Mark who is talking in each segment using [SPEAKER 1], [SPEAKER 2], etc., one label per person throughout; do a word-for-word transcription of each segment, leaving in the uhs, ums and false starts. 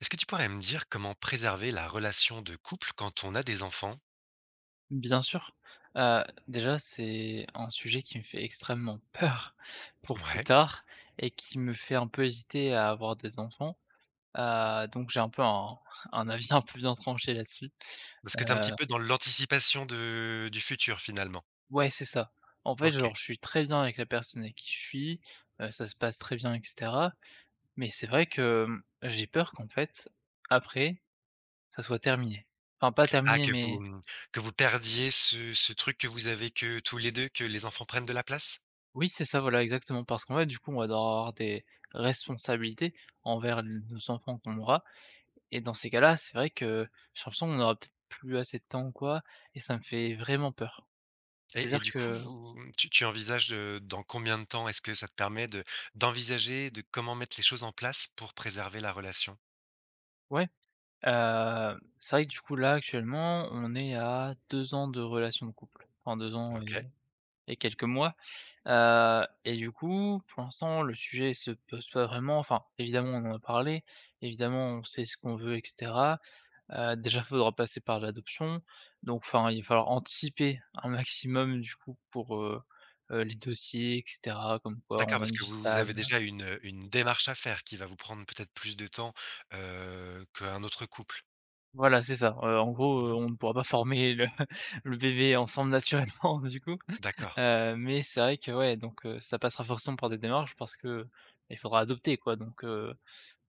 [SPEAKER 1] Est-ce que tu pourrais me dire comment préserver la relation de couple quand on a des enfants?
[SPEAKER 2] Bien sûr. Heu, déjà, c'est un sujet qui me fait extrêmement peur pour plus
[SPEAKER 1] Ouais.
[SPEAKER 2] tard et qui me fait un peu hésiter à avoir des enfants. Heu, donc j'ai un peu un un avis un peu bien tranché là-dessus.
[SPEAKER 1] Parce que tu es un petit
[SPEAKER 2] Heu,
[SPEAKER 1] peu dans l'anticipation de du futur finalement?
[SPEAKER 2] ouais, c'est ça. En fait,
[SPEAKER 1] OK.
[SPEAKER 2] genre, je suis très bien avec la personne avec qui je suis, heu, ça se passe très bien et cetera, mais c'est vrai que, mmh, j'ai peur qu'en fait, après, ça soit terminé. Enfin, pas
[SPEAKER 1] Ah
[SPEAKER 2] terminé,
[SPEAKER 1] que vous,
[SPEAKER 2] mais.
[SPEAKER 1] mmh, que vous perdiez ce ce truc que vous avez que tous les deux que les enfants prennent de la place?
[SPEAKER 2] Oui, c'est ça, voilà, exactement. Parce qu'en fait, du coup, on va devoir avoir des responsabilités envers nos enfants qu'on aura. Et dans ces cas-là, c'est vrai que j'ai l'impression qu'on aura peut-être plus assez de temps ou quoi. Et ça me fait vraiment peur.
[SPEAKER 1] Et et
[SPEAKER 2] C'est-à-dire
[SPEAKER 1] du coup
[SPEAKER 2] que,
[SPEAKER 1] vous tu tu envisages de dans combien de temps? Est-ce que ça te permet de d'envisager de comment mettre les choses en place pour préserver la relation?
[SPEAKER 2] ouais, euh, c'est vrai que du coup, là, actuellement, on est à deux ans de relation de couple. Enfin, deux ans
[SPEAKER 1] OK.
[SPEAKER 2] et, et quelques mois. Euh, et du coup, pour l'instant, le sujet se pose pas vraiment. Enfin, évidemment, on en a parlé. Évidemment, on sait ce qu'on veut, et cetera. Heu, déjà, il faudra passer par l'adoption, donc enfin, il va falloir anticiper un maximum du coup pour, heu heu, les dossiers et cetera, comme quoi
[SPEAKER 1] D'accord,
[SPEAKER 2] on a
[SPEAKER 1] parce
[SPEAKER 2] une
[SPEAKER 1] que
[SPEAKER 2] vie
[SPEAKER 1] vous avez
[SPEAKER 2] stable.
[SPEAKER 1] déjà une, une démarche à faire qui va vous prendre peut-être plus de temps, heu, qu'un autre couple?
[SPEAKER 2] Voilà, c'est ça, heu, en gros, heu,
[SPEAKER 1] Mmh.
[SPEAKER 2] on ne pourra pas former le le bébé ensemble naturellement du coup,
[SPEAKER 1] D'accord.
[SPEAKER 2] heu, mais c'est vrai que ouais, donc heu, ça passera forcément par des démarches parce que il faudra adopter quoi, donc heu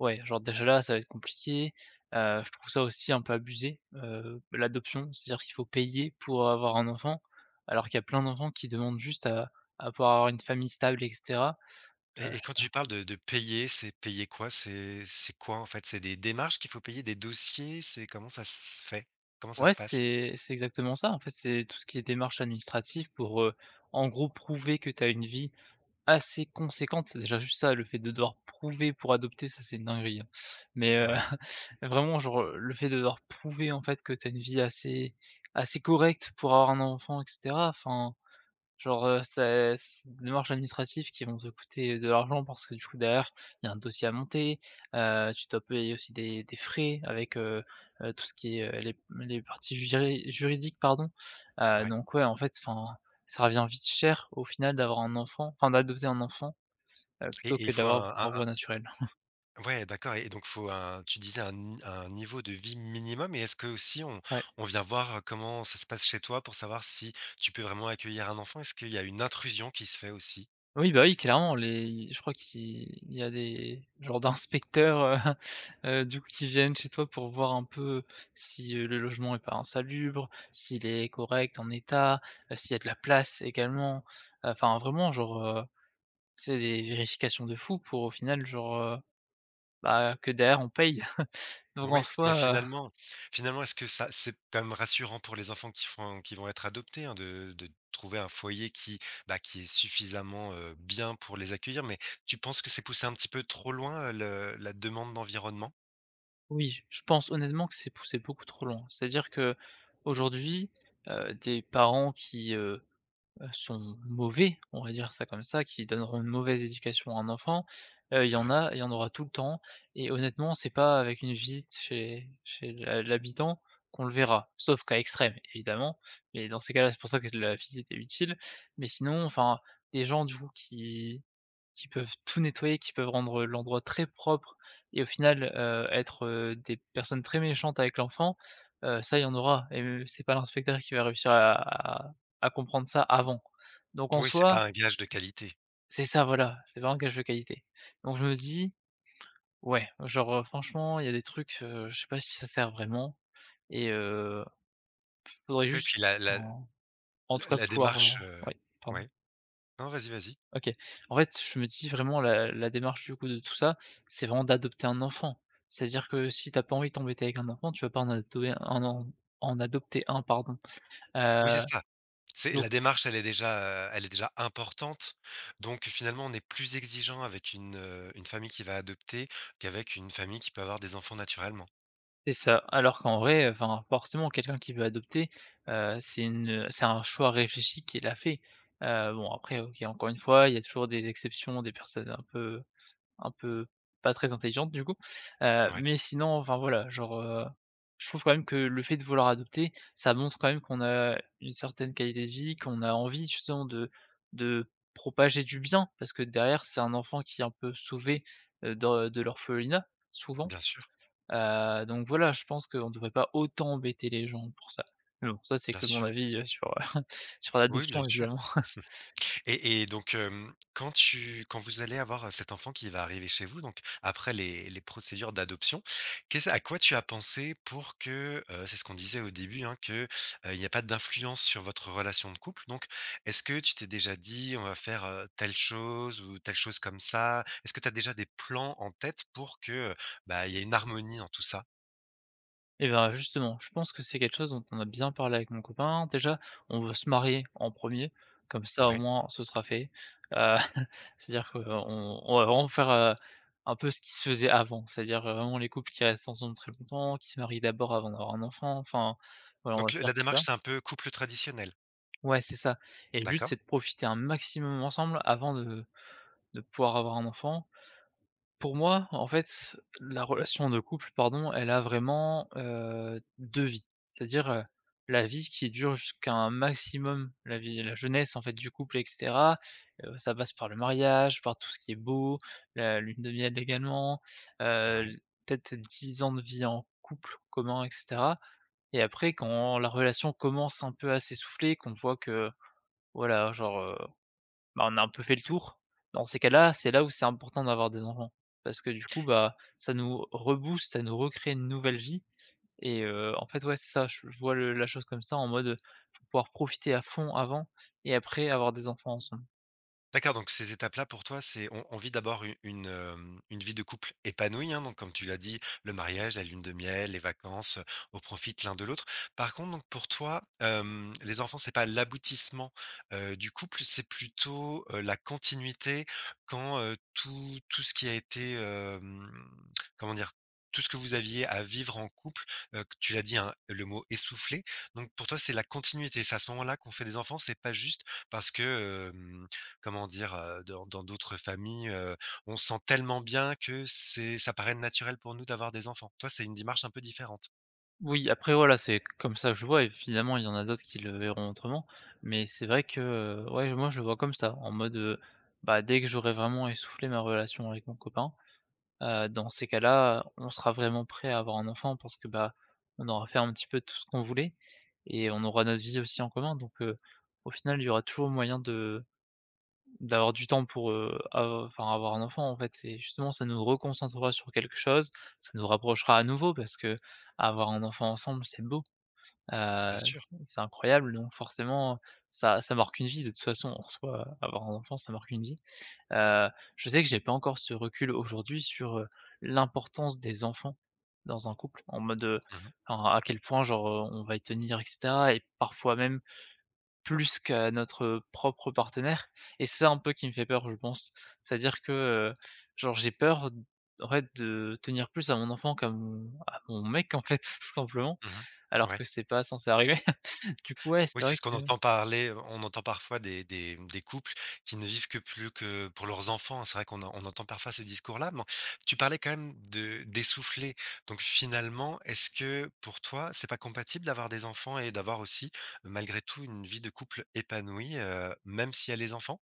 [SPEAKER 2] Ouais, genre déjà là, ça va être compliqué. Heu, je trouve ça aussi un peu abusé, heu, l'adoption. C'est-à-dire qu'il faut payer pour avoir un enfant, alors qu'il y a plein d'enfants qui demandent juste à à pouvoir avoir une famille stable et cetera. Heu,
[SPEAKER 1] Et et quand tu parles de de payer, c'est payer quoi? C'est c'est quoi, en fait? C'est des démarches qu'il faut payer, des dossiers? C'est comment ça se fait? Comment ça
[SPEAKER 2] ouais,
[SPEAKER 1] se passe?
[SPEAKER 2] c'est c'est exactement ça. En fait, c'est tout ce qui est démarches administratives pour, heu, en gros, prouver que tu as une vie assez conséquente, déjà juste ça, le fait de devoir prouver pour adopter, ça c'est une dinguerie, hein. Mais, heu,
[SPEAKER 1] Ouais,
[SPEAKER 2] vraiment genre, le fait de devoir prouver en fait que tu as une vie assez assez correcte pour avoir un enfant et cetera, enfin, genre, heu, c'est c'est des démarches administratives qui vont te coûter de l'argent parce que du coup derrière, il y a un dossier à monter, heu, tu dois payer aussi des des frais avec, heu heu, tout ce qui est, heu, les les parties juri juridiques pardon, heu,
[SPEAKER 1] ouais,
[SPEAKER 2] donc ouais en fait enfin, ça revient vite cher au final d'avoir un enfant, enfin d'adopter un enfant, heu, plutôt
[SPEAKER 1] et
[SPEAKER 2] que
[SPEAKER 1] il faut
[SPEAKER 2] d'avoir l'avoir
[SPEAKER 1] un un
[SPEAKER 2] par
[SPEAKER 1] un
[SPEAKER 2] voie naturelle.
[SPEAKER 1] ouais, d'accord, et donc faut un tu disais un ni un niveau de vie minimum. Et est-ce qu'aussi on
[SPEAKER 2] Ouais.
[SPEAKER 1] on vient voir, comment ça se passe chez toi pour savoir si tu peux vraiment accueillir un enfant? Est-ce qu'il y a une intrusion qui se fait aussi?
[SPEAKER 2] Oui, bah, oui, clairement, les je crois qu'il il y a des genres d'inspecteurs, heu heu, du coup, qui viennent chez toi pour voir un peu si, heu, le logement est pas insalubre, s'il est correct, en état, heu, s'il y a de la place également. Enfin, vraiment, genre, heu, c'est des vérifications de fou pour au final, genre, heu, bah, que derrière on paye. Donc en
[SPEAKER 1] Oui, mais
[SPEAKER 2] soi. heu,
[SPEAKER 1] finalement finalement, est-ce que ça c'est quand même rassurant pour les enfants qui font qui vont être adoptés, hein, de de trouver un foyer qui, bah, qui est suffisamment, heu, bien pour les accueillir, mais tu penses que c'est poussé un petit peu trop loin, heu, le la demande d'environnement?
[SPEAKER 2] oui, je pense honnêtement que c'est poussé beaucoup trop loin. C'est-à-dire qu'aujourd'hui, heu, des parents qui, heu Heu, sont mauvais, on va dire ça comme ça, qui donneront une mauvaise éducation à un enfant, heu, il y en
[SPEAKER 1] Ouais.
[SPEAKER 2] a il y en aura tout le temps et honnêtement, c'est pas avec une visite chez chez l'ha l'habitant qu'on le verra, sauf cas extrême évidemment. Mais dans ces cas-là, c'est pour ça que la visite est utile, mais sinon, enfin, des gens du coup qui qui peuvent tout nettoyer, qui peuvent rendre l'endroit très propre et au final, heu, être, heu, des personnes très méchantes avec l'enfant, heu, ça il y en aura et heu, c'est pas l'inspecteur qui va réussir à à à comprendre ça avant. Donc en
[SPEAKER 1] Oui, c'est
[SPEAKER 2] soi.
[SPEAKER 1] pas un gage de qualité.
[SPEAKER 2] C'est ça, voilà, c'est vraiment un gage de qualité. Donc je me dis : « Ouais, genre, heu, franchement, il y a des trucs, heu, je sais pas si ça sert vraiment et heu, faudrait
[SPEAKER 1] Mais
[SPEAKER 2] juste
[SPEAKER 1] puis la la
[SPEAKER 2] en en tout
[SPEAKER 1] la
[SPEAKER 2] cas
[SPEAKER 1] la
[SPEAKER 2] pouvoir, heu»
[SPEAKER 1] démarche, heu
[SPEAKER 2] Ouais, pardon.
[SPEAKER 1] ouais. Non, vas-y, vas-y.
[SPEAKER 2] OK. En fait, je me dis vraiment la la démarche du coup de tout ça, c'est vraiment d'adopter un enfant. C'est-à-dire que si t'as pas envie de t'embêter avec un enfant, tu vas pas en adopter un en en adopter un, pardon.
[SPEAKER 1] Oui, c'est
[SPEAKER 2] Heu,
[SPEAKER 1] ça. C'est
[SPEAKER 2] donc
[SPEAKER 1] la démarche, elle est déjà, heu, elle est déjà importante. Donc finalement, on est plus exigeant avec une, heu, une famille qui va adopter qu'avec une famille qui peut avoir des enfants naturellement.
[SPEAKER 2] C'est ça. Alors qu'en vrai, enfin, forcément, quelqu'un qui veut adopter, heu, c'est une, c'est un choix réfléchi qu'il a fait. Heu, bon après, OK, encore une fois, il y a toujours des exceptions, des personnes un peu un peu pas très intelligentes du coup. Heu,
[SPEAKER 1] Ouais,
[SPEAKER 2] mais sinon, enfin voilà, genre, heu, je trouve quand même que le fait de vouloir adopter, ça montre quand même qu'on a une certaine qualité de vie, qu'on a envie justement de de propager du bien, parce que derrière, c'est un enfant qui est un peu sauvé, heu, de de l'orphelinat, souvent.
[SPEAKER 1] bien sûr,
[SPEAKER 2] Heu, donc voilà, je pense qu'on ne devrait pas autant embêter les gens pour ça. Mais bon, ça c'est
[SPEAKER 1] bien
[SPEAKER 2] que mon
[SPEAKER 1] sûr.
[SPEAKER 2] avis, heu, sur, heu, sur
[SPEAKER 1] Oui, bien
[SPEAKER 2] l'adoption
[SPEAKER 1] sûr.
[SPEAKER 2] évidemment.
[SPEAKER 1] Et et donc, hem, quand tu quand vous allez avoir, cet enfant qui va arriver chez vous, donc après les les procédures d'adoption, qu'est-ce à quoi tu as pensé pour que, heu, c'est ce qu'on disait au début, hein, que, heu, il n'y a pas d'influence sur votre relation de couple, donc est-ce que tu t'es déjà dit: «On va faire, heu, telle chose ou telle chose comme ça»? Est-ce que tu as déjà des plans en tête pour que, heu, bah, il y ait une harmonie dans tout ça?
[SPEAKER 2] Et ben, justement, je pense que c'est quelque chose dont on a bien parlé avec mon copain. Déjà, on veut se marier en premier, comme ça au
[SPEAKER 1] Ouais,
[SPEAKER 2] moins ce sera fait. Heu, c'est-à-dire qu'on on on va vraiment faire, heu, un peu ce qui se faisait avant, c'est-à-dire, heu, vraiment les couples qui restent ensemble très longtemps, qui se marient d'abord avant d'avoir un enfant, enfin, voilà, on va
[SPEAKER 1] donc le
[SPEAKER 2] faire
[SPEAKER 1] la
[SPEAKER 2] tout ça.
[SPEAKER 1] démarche, c'est un peu couple traditionnel,
[SPEAKER 2] Ouais, c'est ça. Et le but, c'est
[SPEAKER 1] d'accord?
[SPEAKER 2] de profiter un maximum ensemble avant de de pouvoir avoir un enfant. Pour moi, en fait, la relation de couple, pardon, elle a vraiment, heu, deux vies. C'est-à-dire, heu, la vie qui dure jusqu'à un maximum, la vie la jeunesse, en fait, du couple et cetera. Heu, ça passe par le mariage, par tout ce qui est beau, la lune de miel également,
[SPEAKER 1] Ouais.
[SPEAKER 2] heu, peut-être dix ans de vie en couple commun et cetera et après quand la relation commence un peu à s'essouffler, qu'on voit que, voilà, genre, bah, on a un peu fait le tour. Dans ces cas-là, c'est là où c'est important d'avoir des enfants. Parce que du coup, bah, ça nous rebooste, ça nous recrée une nouvelle vie et heu, en fait, ouais, c'est ça, je je vois le la chose comme ça en mode, faut pouvoir profiter à fond avant et après avoir des enfants ensemble.
[SPEAKER 1] D'accord, donc ces étapes-là pour toi, c'est on on vit d'abord u une, hem, une vie de couple épanouie, hein, donc comme tu l'as dit, le mariage, la lune de miel, les vacances, heu, on profite l'un de l'autre. Par contre donc pour toi, hem, les enfants, c'est pas l'aboutissement, heu, du couple, c'est plutôt, heu, la continuité quand, heu, tout tout ce qui a été, hem, comment dire? Tout ce que vous aviez à vivre en couple, heu, q tu l'as dit, hein, le mot «essoufflé», donc pour toi, c'est la continuité. C'est à ce moment-là qu'on fait des enfants, c'est pas juste parce que, comment dire? Heu, dans dans d'autres familles, heu, on se sent tellement bien que c'est ça paraît naturel pour nous d'avoir des enfants. Toi, c'est une démarche un peu différente.
[SPEAKER 2] Oui, après voilà, c'est comme ça que je vois. Et finalement, il y en a d'autres qui le verront autrement, mais c'est vrai que, heu, ouais, moi, je le vois comme ça, en mode, heu, bah, dès que j'aurai vraiment essoufflé ma relation avec mon copain. Heu, dans ces cas-là, on sera vraiment prêt à avoir un enfant parce que, bah, on aura fait un petit peu tout ce qu'on voulait et on aura notre vie aussi en commun donc heu, au final, il y aura toujours moyen de d'avoir du temps pour, heu, av enfin, avoir un enfant, en fait et justement, ça nous reconcentrera sur quelque chose, ça nous rapprochera à nouveau parce que avoir un enfant ensemble, c'est beau,
[SPEAKER 1] Bien
[SPEAKER 2] heu,
[SPEAKER 1] sûr.
[SPEAKER 2] c'est c'est incroyable donc forcément, ça ça marque une vie de toute façon, en soi, avoir un enfant, ça marque une vie. Heu, je sais que j'ai pas encore ce recul aujourd'hui sur, heu, l'importance des enfants dans un couple. En mode, heu,
[SPEAKER 1] Mmh mh.
[SPEAKER 2] enfin, à quel point genre, heu, on va y tenir et cetera et parfois même plus qu'à notre, propre partenaire et c'est ça un peu qui me fait peur, je pense. C'est-à-dire que, heu, genre j'ai peur d en fait de tenir plus à mon enfant qu'à mon à mon mec en fait, tout simplement,
[SPEAKER 1] Mmh.
[SPEAKER 2] alors
[SPEAKER 1] Ouais.
[SPEAKER 2] que c'est pas censé arriver. Du coup, ouais, c'est
[SPEAKER 1] Oui, c'est
[SPEAKER 2] vrai
[SPEAKER 1] ce qu'on
[SPEAKER 2] que.
[SPEAKER 1] entend parler, on entend parfois des des des couples qui ne vivent que plus que pour leurs enfants, hein. C'est vrai qu'on en on entend parfois ce discours-là, mais tu parlais quand même de d'essoufflés. Donc finalement, est-ce que pour toi, c'est pas compatible d'avoir des enfants et d'avoir aussi, malgré tout, une vie de couple épanouie, heu, même s'il y a les enfants?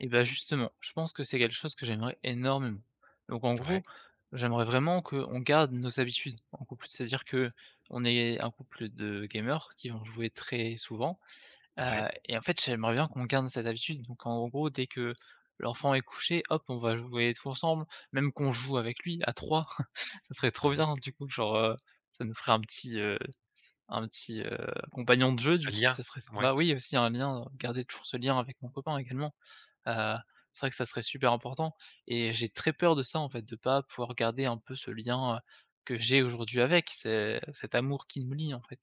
[SPEAKER 2] Et bah, justement, je pense que c'est quelque chose que j'aimerais énormément. Donc en gros,
[SPEAKER 1] Ouais,
[SPEAKER 2] j'aimerais vraiment qu'on garde nos habitudes en couple. C'est-à-dire que on est un couple de gamers qui vont jouer très souvent,
[SPEAKER 1] ouais.
[SPEAKER 2] heu et en fait, j'aimerais bien qu'on garde cette habitude. Donc en gros, dès que l'enfant est couché, hop, on va jouer tous ensemble, même qu'on joue avec lui à trois, ça serait trop
[SPEAKER 1] Mmh.
[SPEAKER 2] bien du coup, genre, heu, ça nous ferait un petit, heu, un petit, heu, compagnon de jeu du coup,
[SPEAKER 1] Lien,
[SPEAKER 2] ça serait sympa.
[SPEAKER 1] ouais.
[SPEAKER 2] Oui, aussi un lien, euh, garder toujours ce lien avec mon copain également. Heu, c'est vrai que ça serait super important et j'ai très peur de ça, en fait, de pas pouvoir garder un peu ce lien, heu, que j'ai aujourd'hui avec, c'est cet amour qui me lie, en fait.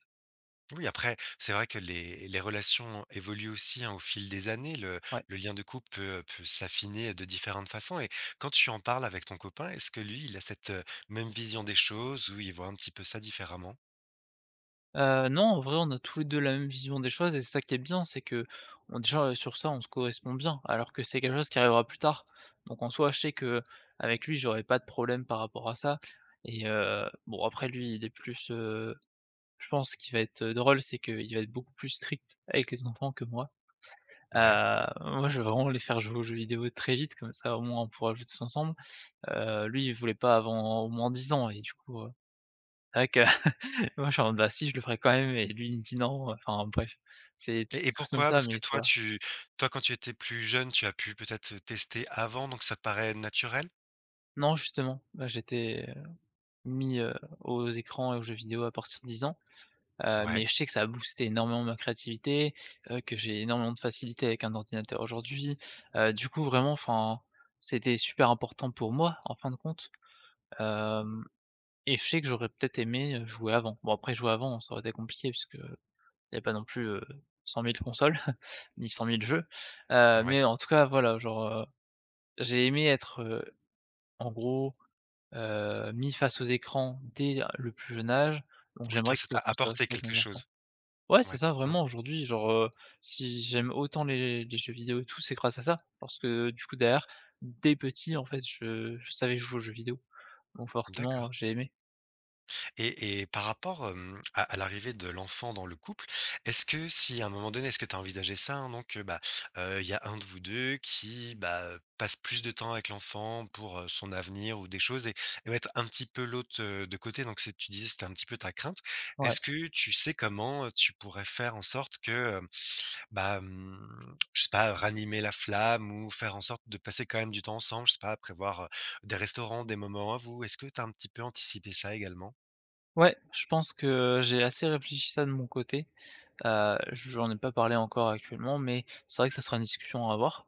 [SPEAKER 1] Oui, après, c'est vrai que les les relations évoluent aussi, hein, au fil des années. Le
[SPEAKER 2] Ouais.
[SPEAKER 1] le lien de couple peut, peut s'affiner de différentes façons. Et quand tu en parles avec ton copain, est-ce que lui, il a cette, heu, même vision des choses ou il voit un petit peu ça différemment?
[SPEAKER 2] Heu, non, en vrai, on a tous les deux la même vision des choses et c'est ça qui est bien, c'est qu'on déjà, heu, sur ça, on se correspond bien, alors que c'est quelque chose qui arrivera plus tard. Donc en soi, je sais que avec lui, j'aurais pas de problème par rapport à ça et heu, bon, après lui, il est plus, heu, je pense qu'il va être drôle, c'est qu'il va être beaucoup plus strict avec les enfants que moi. Heu,
[SPEAKER 1] Ouais,
[SPEAKER 2] Moi, je veux vraiment les faire jouer aux jeux vidéo très vite, comme ça, au moins, on pourra jouer tous ensemble. Heu, lui, il voulait pas avant au moins dix ans et du coup, heu, c'est vrai que moi, je suis en mode: «Bah, si, je le ferai quand même» et lui, il me dit: «Non», euh, enfin bref, c'est des
[SPEAKER 1] et et
[SPEAKER 2] trucs comme
[SPEAKER 1] pourquoi?
[SPEAKER 2] ça,
[SPEAKER 1] Parce que
[SPEAKER 2] mais ça
[SPEAKER 1] toi,
[SPEAKER 2] va.
[SPEAKER 1] tu toi, quand tu étais plus jeune, tu as pu peut-être, tester avant, donc ça te paraît naturel?
[SPEAKER 2] Non, justement, là, j'étais, heu, mis, heu, aux écrans et aux jeux vidéo à partir de dix ans, heu,
[SPEAKER 1] Ouais,
[SPEAKER 2] mais je sais que ça a boosté énormément ma créativité, heu, que j'ai énormément de facilité avec un ordinateur aujourd'hui. Heu, du coup, vraiment, enfin, c'était super important pour moi, en fin de compte. Hem Et je sais que j'aurais peut-être aimé, heu, jouer avant. Bon après jouer avant, ça aurait été compliqué puisque, heu, il y a pas non plus, heu, cent mille consoles, ni cent mille jeux. Heu,
[SPEAKER 1] ouais.
[SPEAKER 2] mais en tout cas voilà, genre, heu, j'ai aimé être, heu, en gros, heu, mis face aux écrans dès le plus jeune âge, donc
[SPEAKER 1] Oui, toi,
[SPEAKER 2] j'aimerais que
[SPEAKER 1] ça
[SPEAKER 2] ce
[SPEAKER 1] t'a
[SPEAKER 2] soit comme ça aussi
[SPEAKER 1] apporté
[SPEAKER 2] avec
[SPEAKER 1] quelque
[SPEAKER 2] mes enfants.
[SPEAKER 1] chose?
[SPEAKER 2] Ouais, c'est
[SPEAKER 1] Ouais,
[SPEAKER 2] ça
[SPEAKER 1] OK,
[SPEAKER 2] vraiment aujourd'hui, genre, heu, si j'aime autant les les jeux vidéo et tout, c'est grâce à ça. Parce que du coup derrière, dès petit en fait je je savais jouer aux jeux vidéo, donc forcément,
[SPEAKER 1] d'accord.
[SPEAKER 2] j'ai aimé.
[SPEAKER 1] Et et par rapport, hem, à à l'arrivée de l'enfant dans le couple, est-ce que si à un moment donné, est-ce que tu as envisagé ça, hein, donc, heu, bah, heu, il y a un de vous deux qui, bah, passe plus de temps avec l'enfant pour, heu, son avenir ou des choses et et mettre un petit peu l'autre, heu, de côté, donc c'est tu disais c'était un petit peu ta crainte.
[SPEAKER 2] Ouais.
[SPEAKER 1] Est-ce que tu sais comment, heu, tu pourrais faire en sorte que, hem, bah, mmh, je sais pas, ranimer la flamme ou faire en sorte de passer quand même du temps ensemble? Je sais pas, prévoir, heu, des restaurants, des moments à vous. Est-ce que tu as un petit peu anticipé ça également?
[SPEAKER 2] Ouais, je pense que j'ai assez réfléchi ça de mon côté. Heu, j'en ai pas parlé encore actuellement, mais c'est vrai que ça sera une discussion à avoir.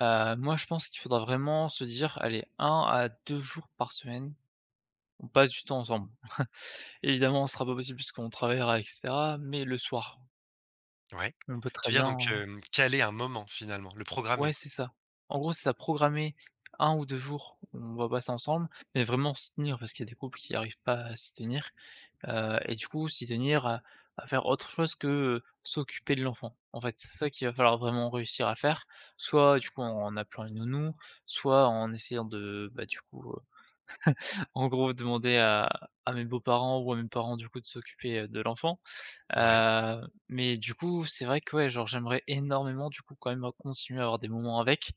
[SPEAKER 2] Heu, moi, je pense qu'il faudra vraiment se dire: «Allez, un à deux jours par semaine, on passe du temps ensemble». Évidemment, ce sera pas possible puisqu'on travaillera et cetera, mais le soir,
[SPEAKER 1] Ouais.
[SPEAKER 2] on peut très
[SPEAKER 1] Tu veux dire donc,
[SPEAKER 2] bien
[SPEAKER 1] hem, caler un moment finalement, le
[SPEAKER 2] ouais,
[SPEAKER 1] programmer?
[SPEAKER 2] c'est ça. En gros, c'est ça, programmer un ou deux jours où on va passer ensemble, mais vraiment s'y tenir parce qu'il y a des couples qui n'arrivent pas à s'y tenir. Heu et du coup, s'y tenir à à faire autre chose que, heu, s'occuper de l'enfant. En fait, c'est ça qu'il va falloir vraiment réussir à faire, soit du coup en en appelant une nounou, soit en essayant de, bah, du coup, heu, en gros demander à à mes beaux-parents ou à mes parents du coup de s'occuper, heu, de l'enfant.
[SPEAKER 1] Ouais,
[SPEAKER 2] Heu, mais du coup, c'est vrai que ouais, genre j'aimerais énormément du coup quand même continuer à avoir des moments avec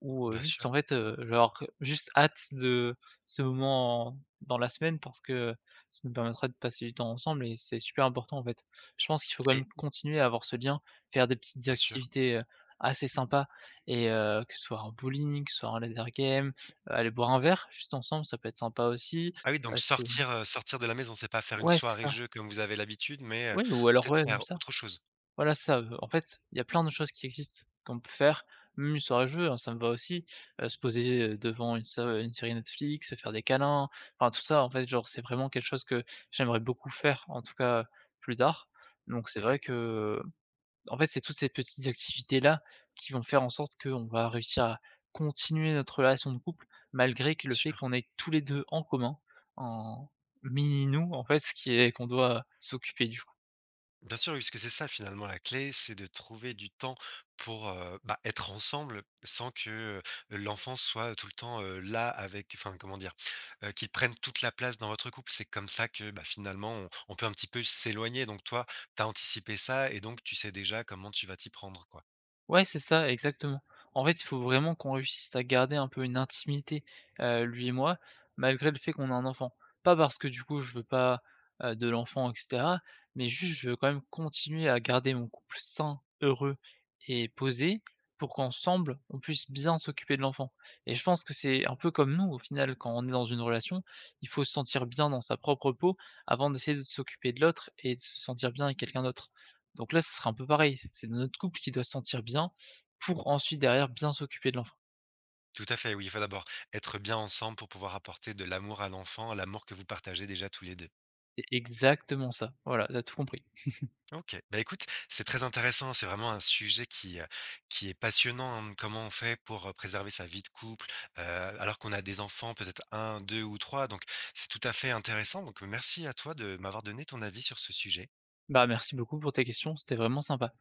[SPEAKER 2] ou, heu,
[SPEAKER 1] bien
[SPEAKER 2] juste
[SPEAKER 1] sûr
[SPEAKER 2] en fait, heu, genre juste hâte de ce moment en- dans la semaine parce que ça nous permettra de passer du temps ensemble et c'est super important en fait. Je pense qu'il faut quand même
[SPEAKER 1] et
[SPEAKER 2] continuer à avoir ce lien, faire des petites
[SPEAKER 1] bien sûr.
[SPEAKER 2] activités, heu, assez sympas et heu, que ce soit un bowling, que ce soit un laser game, heu, aller boire un verre juste ensemble, ça peut être sympa aussi.
[SPEAKER 1] Ah oui,
[SPEAKER 2] Heu,
[SPEAKER 1] donc
[SPEAKER 2] c'est
[SPEAKER 1] sortir, heu, sortir de la maison, c'est pas faire une
[SPEAKER 2] Ouais, c'est
[SPEAKER 1] soirée
[SPEAKER 2] ça.
[SPEAKER 1] jeu comme vous avez l'habitude, mais, heu,
[SPEAKER 2] Ouais, ou alors
[SPEAKER 1] peut-être
[SPEAKER 2] ouais, même
[SPEAKER 1] faire
[SPEAKER 2] ça.
[SPEAKER 1] autre chose?
[SPEAKER 2] Voilà, ça, heu, en fait, il y a plein de choses qui existent qu'on peut faire, même une soirée jeu, hein, ça me va aussi, heu, se poser, heu, devant une se une série Netflix, se faire des câlins, enfin tout ça en fait, genre c'est vraiment quelque chose que j'aimerais beaucoup faire, en tout cas, plus tard. Donc c'est
[SPEAKER 1] Oui,
[SPEAKER 2] vrai que, en fait, c'est toutes ces petites activités-là qui vont faire en sorte qu'on va réussir à continuer notre relation de couple, malgré que
[SPEAKER 1] bien
[SPEAKER 2] le fait
[SPEAKER 1] sûr.
[SPEAKER 2] qu'on ait tous les deux en commun, un mini nous, en fait, ce qui est qu'on doit s'occuper du.
[SPEAKER 1] Bien sûr, oui, parce que c'est ça finalement la clé, c'est de trouver du temps pour euh, bah, être ensemble sans que euh, l'enfant soit tout le temps euh, là avec, enfin comment dire, euh, qu'il prenne toute la place dans votre couple. C'est comme ça que bah, finalement on, on peut un petit peu s'éloigner. Donc toi, tu as anticipé ça et donc tu sais déjà comment tu vas t'y prendre, quoi.
[SPEAKER 2] Ouais, c'est ça, exactement. En fait, il faut vraiment qu'on réussisse à garder un peu une intimité, heu, lui et moi, malgré le fait qu'on a un enfant. Pas parce que du coup je veux pas, heu, de l'enfant et cetera, mais juste je veux quand même continuer à garder mon couple sain, heureux et posé pour qu'ensemble on puisse bien s'occuper de l'enfant et je pense que c'est un peu comme nous au final quand on est dans une relation, il faut se sentir bien dans sa propre peau avant d'essayer de s'occuper de l'autre et de se sentir bien avec quelqu'un d'autre. Donc là, ce sera un peu pareil. C'est notre couple qui doit se sentir bien pour ensuite derrière bien s'occuper de l'enfant.
[SPEAKER 1] Tout à fait, oui, il faut d'abord être bien ensemble pour pouvoir apporter de l'amour à l'enfant, l'amour que vous partagez déjà tous les deux.
[SPEAKER 2] C'est exactement ça. Voilà, t'as tout compris.
[SPEAKER 1] OK. Bah, écoute, c'est très intéressant. C'est vraiment un sujet qui, heu, qui est passionnant, hein. Comment on fait pour, heu, préserver sa vie de couple, heu, alors qu'on a des enfants, peut-être un, deux ou trois, donc c'est tout à fait intéressant. Donc, merci à toi de m'avoir donné ton avis sur ce sujet.
[SPEAKER 2] Bah, merci beaucoup pour tes questions, c'était vraiment sympa.